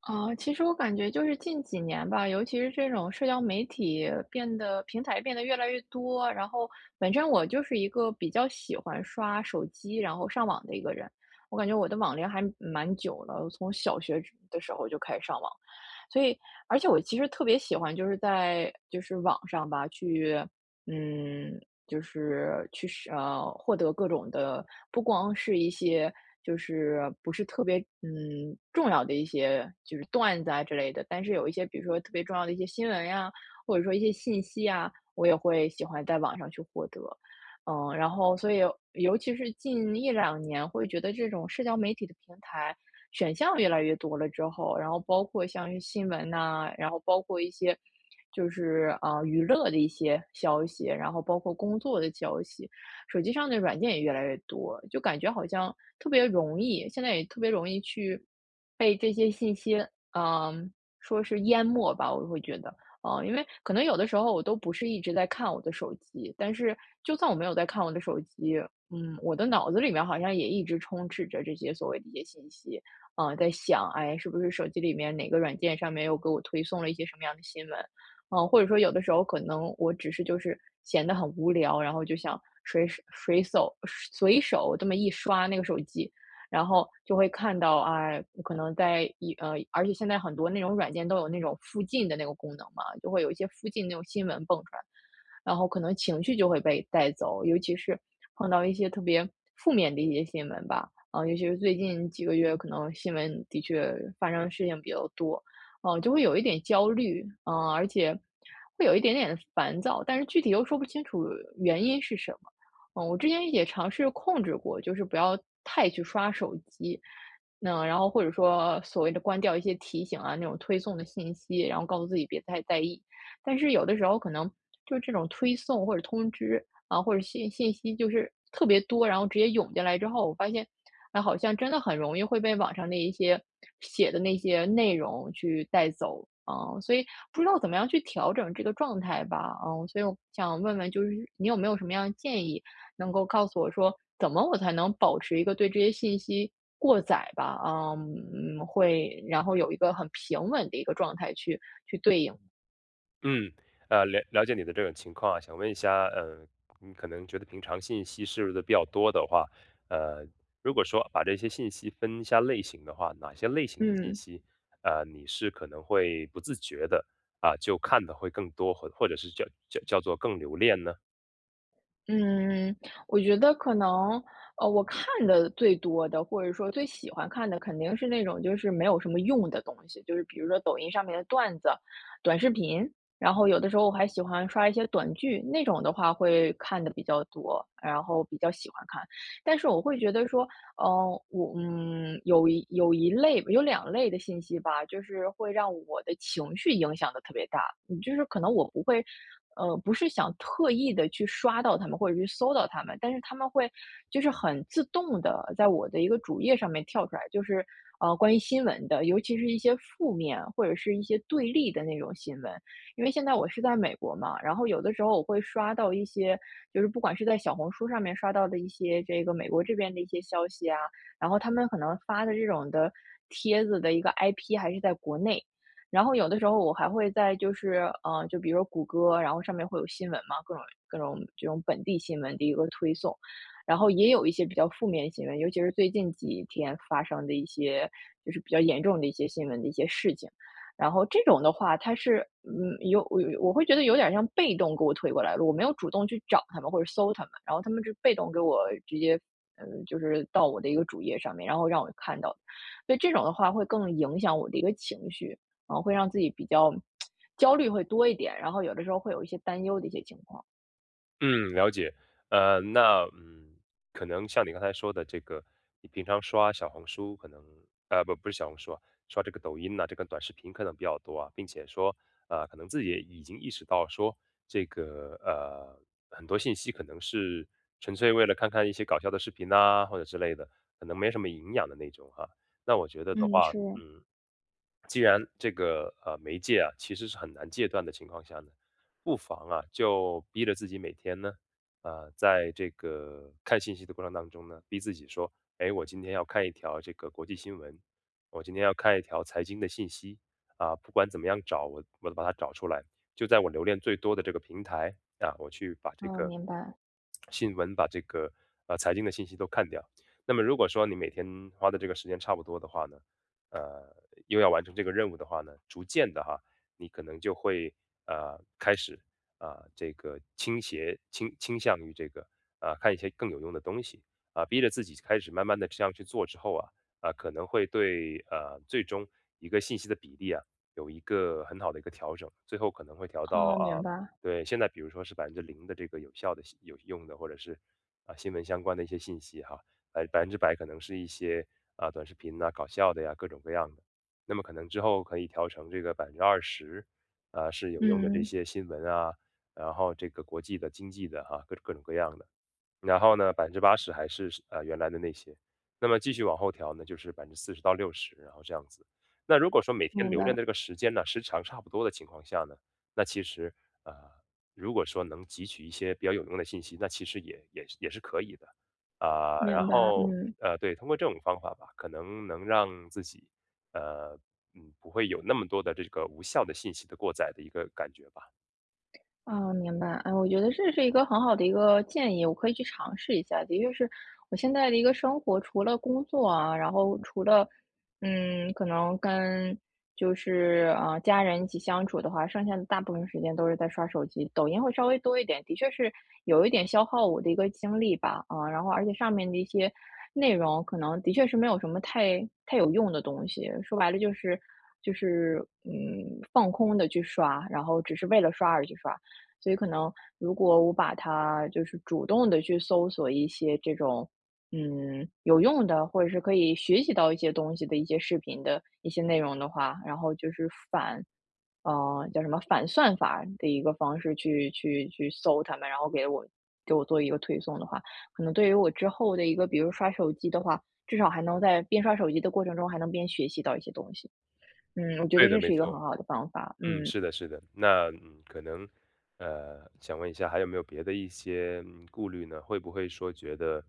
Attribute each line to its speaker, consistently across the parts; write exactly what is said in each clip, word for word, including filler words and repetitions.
Speaker 1: 啊，其实我感觉就是近几年吧，尤其是这种社交媒体变得平台变得越来越多，然后本身我就是一个比较喜欢刷手机，然后上网的一个人。我感觉我的网龄还蛮久了，我从小学之的时候就开始上网了所以而且我其实特别喜欢就是在就是网上吧，去嗯，就是去是呃，获得各种的，不光是一些就是不是特别嗯重要的一些就是段子啊之类的，但是有一些比如说特别重要的一些新闻呀，或者说一些信息啊，我也会喜欢在网上去获得。嗯，然后所以尤其是近一两年，会觉得这种社交媒体的平台选项越来越多了之后，然后包括像是新闻呐，然后包括一些就是，呃，娱乐的一些消息，然后包括工作的消息，手机上的软件也越来越多，就感觉好像特别容易现在也特别容易去被这些信息，嗯，说是淹没吧，我会觉得。哦，因为可能有的时候我都不是一直在看我的手机，但是就算我没有在看我的手机，嗯，我的脑子里面好像也一直充斥着这些所谓的一些信息，啊、在想，哎，是不是手机里面哪个软件上面又给我推送了一些什么样的新闻？嗯、或者说有的时候可能我只是就是闲得很无聊，然后就想随手随手随手这么一刷那个手机，然后就会看到啊，可能在一呃，而且现在很多那种软件都有那种附近的那个功能嘛，就会有一些附近那种新闻蹦出来，然后可能情绪就会被带走，尤其是碰到一些特别负面的一些新闻吧，啊，尤其是最近几个月，可能新闻的确发生的事情比较多，嗯、就会有一点焦虑，嗯、而且会有一点点的烦躁，但是具体又说不清楚原因是什么。嗯，我之前也尝试控制过，就是不要太去刷手机，那然后或者说所谓的关掉一些提醒啊，那种推送的信息，然后告诉自己别太在意。但是有的时候可能就这种推送或者通知啊，或者信信息就是特别多，然后直接涌进来之后，我发现，啊，好像真的很容易会被网上的一些写的那些内容去带走。嗯，所以不知道怎么样去调整这个状态吧。嗯，所以我想问问，就是你有没有什么样的建议？能够告诉我说，怎么我才能保持一个对这些信息过载吧，啊嗯，会然后有一个很平稳的一个状态去去对应。
Speaker 2: 嗯，呃，了了解你的这种情况啊，想问一下，呃，你可能觉得平常信息摄入的比较多的话，呃，如果说把这些信息分一下类型的话，哪些类型的信
Speaker 1: 嗯
Speaker 2: 息，呃，你是可能会不自觉的啊，就看的会更多，或或者是叫叫叫做更留恋呢？
Speaker 1: 嗯，我觉得可能，呃，我看的最多的，或者说最喜欢看的，肯定是那种就是没有什么用的东西，就是比如说抖音上面的段子、短视频，然后有的时候我还喜欢刷一些短剧，那种的话会看的比较多，然后比较喜欢看。但是我会觉得说，嗯，我嗯，有一有一类有两类的信息吧，就是会让我的情绪影响的特别大。嗯，就是可能我不会，呃，不是想特意的去刷到他们，或者去搜到他们，但是他们会就是很自动的在我的一个主页上面跳出来，就是，呃，关于新闻的，尤其是一些负面或者是一些对立的那种新闻，因为现在我是在美国嘛，然后有的时候我会刷到一些，就是不管是在小红书上面刷到的一些这个美国这边的一些消息啊，然后他们可能发的这种的帖子的一个 I P 还是在国内，然后有的时候我还会在就是，呃，就比如说谷歌，然后上面会有新闻嘛，各种各种这种本地新闻的一个推送，然后也有一些比较负面新闻，尤其是最近几天发生的一些就是比较严重的一些新闻的一些事情。然后这种的话，它是，嗯，有我我会觉得有点像被动给我推过来了，我没有主动去找他们或者搜他们，然后他们是被动给我直接，嗯，就是到我的一个主页上面，然后让我看到的，所以这种的话会更影响我的一个情绪，啊，会让自己比较焦虑会多一点，然后有的时候会有一些担忧的一些情况。
Speaker 2: 嗯，了解。呃，那嗯，可能像你刚才说的这个，你平常刷小红书，可能呃不不是小红书啊，刷这个抖音呐、这个短视频可能比较多啊，并且说呃，可能自己也已经意识到说这个呃很多信息可能是纯粹为了看看一些搞笑的视频呐、或者之类的，可能没什么营养的那种哈。那我觉得的
Speaker 1: 嗯，
Speaker 2: 话，
Speaker 1: 是，
Speaker 2: 嗯，既然这个呃媒介啊其实是很难戒断的情况下呢，不妨啊，就逼着自己每天呢，啊，在这个看信息的过程当中呢，逼自己说，哎，我今天要看一条这个国际新闻，我今天要看一条财经的信息啊，不管怎么样找，我我都把它找出来，就在我留恋最多的这个平台啊，我去把这
Speaker 1: 啊，
Speaker 2: 个
Speaker 1: 明白，
Speaker 2: 新闻，把这个呃财经的信息都看掉。那么如果说你每天花的这个时间差不多的话呢，呃，又要完成这个任务的话呢，逐渐的哈，你可能就会呃开始啊、这个倾斜倾倾向于这个啊、看一些更有用的东西啊、逼着自己开始慢慢的这样去做之后啊啊、可能会对呃最终一个信息的比例啊有一个很好的一个调整，最后可能会调到
Speaker 1: 啊，明
Speaker 2: 啊、
Speaker 1: 白，
Speaker 2: 对现在比如说是百分之零的这个有效的信有用的或者是啊、新闻相关的一些信息哈、百百分之百可能是一些啊、短视频呐、搞笑的呀各种各样的。那么可能之后可以调成这个百分之二十，啊，是有用的这
Speaker 1: 嗯，
Speaker 2: 些新闻啊，然后这个国际的、经济的哈，各各种各样的。然后呢百分之八十还是呃原来的那些，那么继续往后调呢，就是百分之四十到六十，然后这样子。那如果说每天
Speaker 1: 明
Speaker 2: 留恋
Speaker 1: 白，
Speaker 2: 的这个时间呢，时长差不多的情况下呢，那其实呃，如果说能汲取一些比较有用的信息，那其实也也也是可以的啊、然
Speaker 1: 明白，
Speaker 2: 后
Speaker 1: 嗯。
Speaker 2: 呃，对，通过这种方法吧，可能能让自己呃嗯不会有那么多的这个无效的信息的过载的一个感觉吧。
Speaker 1: 啊，明白。哎，我觉得这是一个很好的一个建议，我可以去尝试一下。的确是我现在的一个生活，除了工作啊，然后除了，嗯，可能跟就是啊、呃家人一起相处的话，剩下的大部分时间都是在刷手机，抖音会稍微多一点，的确是有一点消耗我的一个精力吧，啊、然后而且上面的一些内容，可能的确是没有什么太太有用的东西，说白了就是。就是嗯，放空的去刷，然后只是为了刷而去刷，所以可能如果我把它就是主动的去搜索一些这种，嗯，有用的，或者是可以学习到一些东西的一些视频的一些内容的话，然后就是反呃，叫什么反算法的一个方式去去去搜它们，然后给我给我做一个推送的话，可能对于我之后的一个比如刷手机的话，至少还能在边刷手机的过程中还能边学习到一些东西。嗯，我觉得
Speaker 2: 对的，
Speaker 1: 这
Speaker 2: 没
Speaker 1: 是一个很
Speaker 2: 错。
Speaker 1: 好的方法，
Speaker 2: 嗯，
Speaker 1: 嗯。
Speaker 2: 是的，是的。那嗯，可能呃，想问一下，还有没有别的一些嗯顾虑呢？会不会说觉得，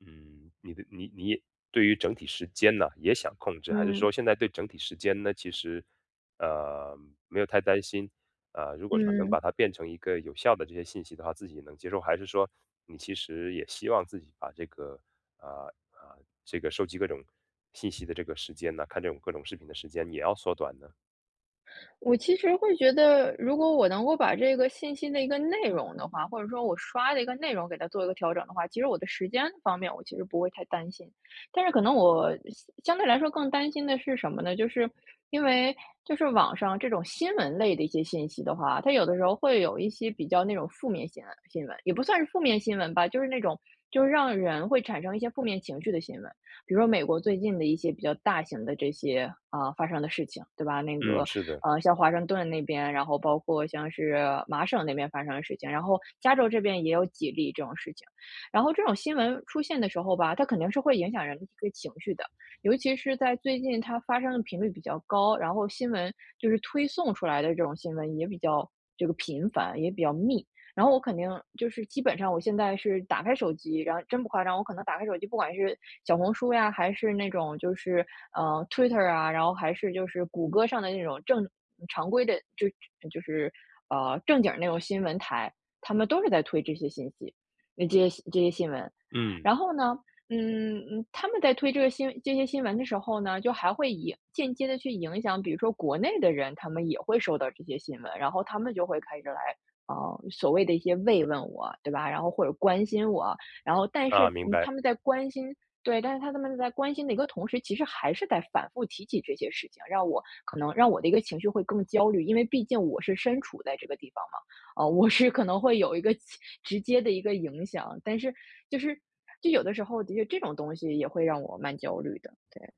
Speaker 2: 嗯，你的你你也对于整体时间呢也想控制，还是
Speaker 1: 嗯。
Speaker 2: 说现在对整体时间呢其实呃没有太担心？呃，如果说能
Speaker 1: 嗯。
Speaker 2: 把它变成一个有效的这些信息的话，自己能接受，还是说你其实也希望自己把这个啊啊、这个收集各种信息的这个时间呢，看这种各种视频的时间也要缩短呢？
Speaker 1: 我其实会觉得，如果我能够把这个信息的一个内容的话，或者说我刷的一个内容给它做一个调整的话，其实我的时间方面我其实不会太担心。但是可能我相相对来说更担心的是什么呢？就是因为就是网上这种新闻类的一些信息的话，它有的时候会有一些比较那种负面新闻新闻，也不算是负面新闻吧，就是那种就是让人会产生一些负面情绪的新闻。比如说美国最近的一些比较大型的这些啊、发生的事情，对吧？那
Speaker 2: 嗯，
Speaker 1: 个
Speaker 2: 是的。
Speaker 1: 呃，像华盛顿那边，然后包括像是麻省那边发生的事情，然后加州这边也有几例这种事情。然后这种新闻出现的时候吧，它肯定是会影响人的一个情绪的，尤其是在最近它发生的频率比较高，然后新闻就是推送出来的这种新闻也比较这个频繁，也比较密。然后我肯定就是基本上我现在是打开手机，然后真不夸张，我可能打开手机，不管是小红书呀，还是那种就是呃 Twitter 啊，然后还是就是谷歌上的那种正常规的，就就是呃正经儿那种新闻台，他们都是在推这些信息，那这些这些新闻。
Speaker 2: 嗯，
Speaker 1: 然后呢，嗯，嗯他们在推这个新这些新闻的时候呢，就还会影间接的去影响，比如说国内的人，他们也会收到这些新闻，然后他们就会开始来呃，所谓的一些慰问我，对吧？然后或者关心我，然后但是，
Speaker 2: 啊，明
Speaker 1: 嗯，
Speaker 2: 白，
Speaker 1: 他们在关心对，但是他们在关心的一个同时，其实还是在反复提起这些事情，让我可能让我的一个情绪会更焦虑，因为毕竟我是身处在这个地方嘛，呃，我是可能会有一个直直接的一个影响，但是就是就有的时候的确这种东西也会让我蛮焦虑的，对。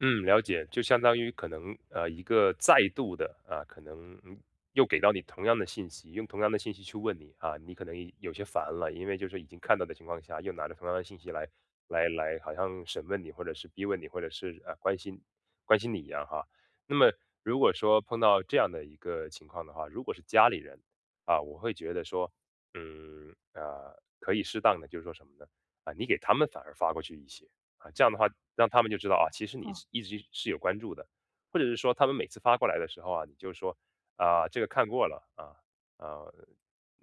Speaker 2: 嗯，了解，就相当于可能呃一个再度的啊，可能嗯又给到你同样的信息，用同样的信息去问你啊，你可能已有些烦了，因为就是已经看到的情况下，又拿着同样的信息来来来，好像审问你，或者是逼问你，或者是呃关心关心你一样哈。那么如果说碰到这样的一个情况的话，如果是家里人啊，我会觉得说，嗯，啊，可以适当的就是说什么呢？啊，你给他们反而发过去一些。啊，这样的话让他们就知道啊，其实
Speaker 1: 嗯
Speaker 2: 你是一直是有关注的，或者是说他们每次发过来的时候啊，你就说啊，这个看过了啊，啊，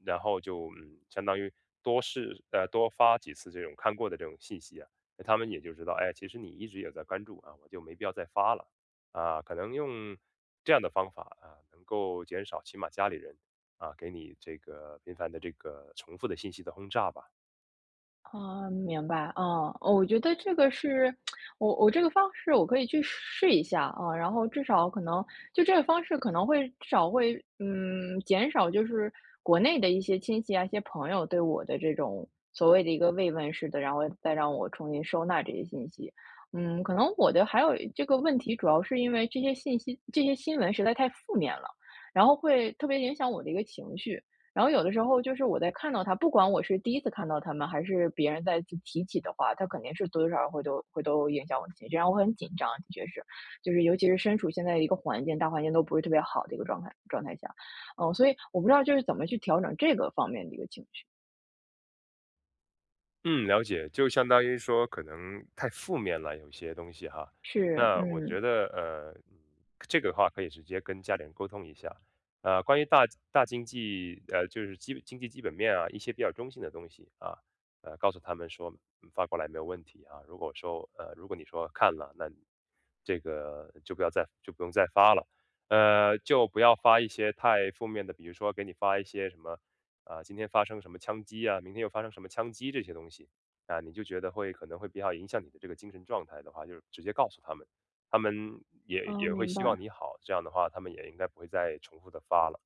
Speaker 2: 然后就嗯，相当于多试呃多发几次这种看过的这种信息啊，他们也就知道，哎，其实你一直有在关注啊，我就没必要再发了啊，可能用这样的方法啊，能够减少起码家里人啊给你这个频繁的这个重复的信息的轰炸吧。
Speaker 1: 啊，明白，啊，哦我觉得这个是我我这个方式我可以去试一下啊，然后至少可能就这个方式可能会至少会，嗯，减少就是国内的一些亲戚啊、一些朋友对我的这种所谓的一个慰问式的，然后再让我重新收纳这些信息。嗯，可能我的还有这个问题，主要是因为这些信息、这些新闻实在太负面了，然后会特别影响我的一个情绪。然后有的时候就是我在看到他，不管我是第一次看到他们，还是别人再次提起的话，他肯定是多多少少会都会都影响我的情绪，让我很紧张，的确是，就是尤其是身处现在的一个环境，大环境都不是特别好的一个状态状态下，嗯，所以我不知道就是怎么去调整这个方面的一个情绪，
Speaker 2: 嗯，了解，就相当于说可能太负面了，有些东西哈。
Speaker 1: 是，
Speaker 2: 那我
Speaker 1: 嗯，
Speaker 2: 觉得，呃，嗯这个的话可以直接跟家里人沟通一下。呃，关于大大经济，呃，就是基经济基本面啊，一些比较中性的东西啊，呃，告诉他们说嗯发过来没有问题啊。如果说，呃，如果你说看了，那你这个就不要再就不用再发了。呃，就不要发一些太负面的，比如说给你发一些什么。啊，今天发生什么枪击啊，明天又发生什么枪击这些东西，啊，你就觉得会可能会比较影响你的这个精神状态的话，就是直接告诉他们，他们也
Speaker 1: 哦，
Speaker 2: 也会
Speaker 1: 明白。
Speaker 2: 希望你好，这样的话他们也应该不会再重复的发了。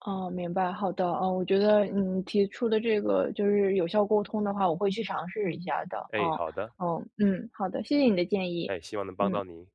Speaker 1: 哦，明白，好的，嗯，我觉得你提出的这个就是有效沟通的话，我会去尝试一下的，
Speaker 2: 哎，
Speaker 1: 嗯，
Speaker 2: 好的，
Speaker 1: 嗯嗯，好的，谢谢你的建议，
Speaker 2: 哎，希望能帮
Speaker 1: 嗯。
Speaker 2: 到您。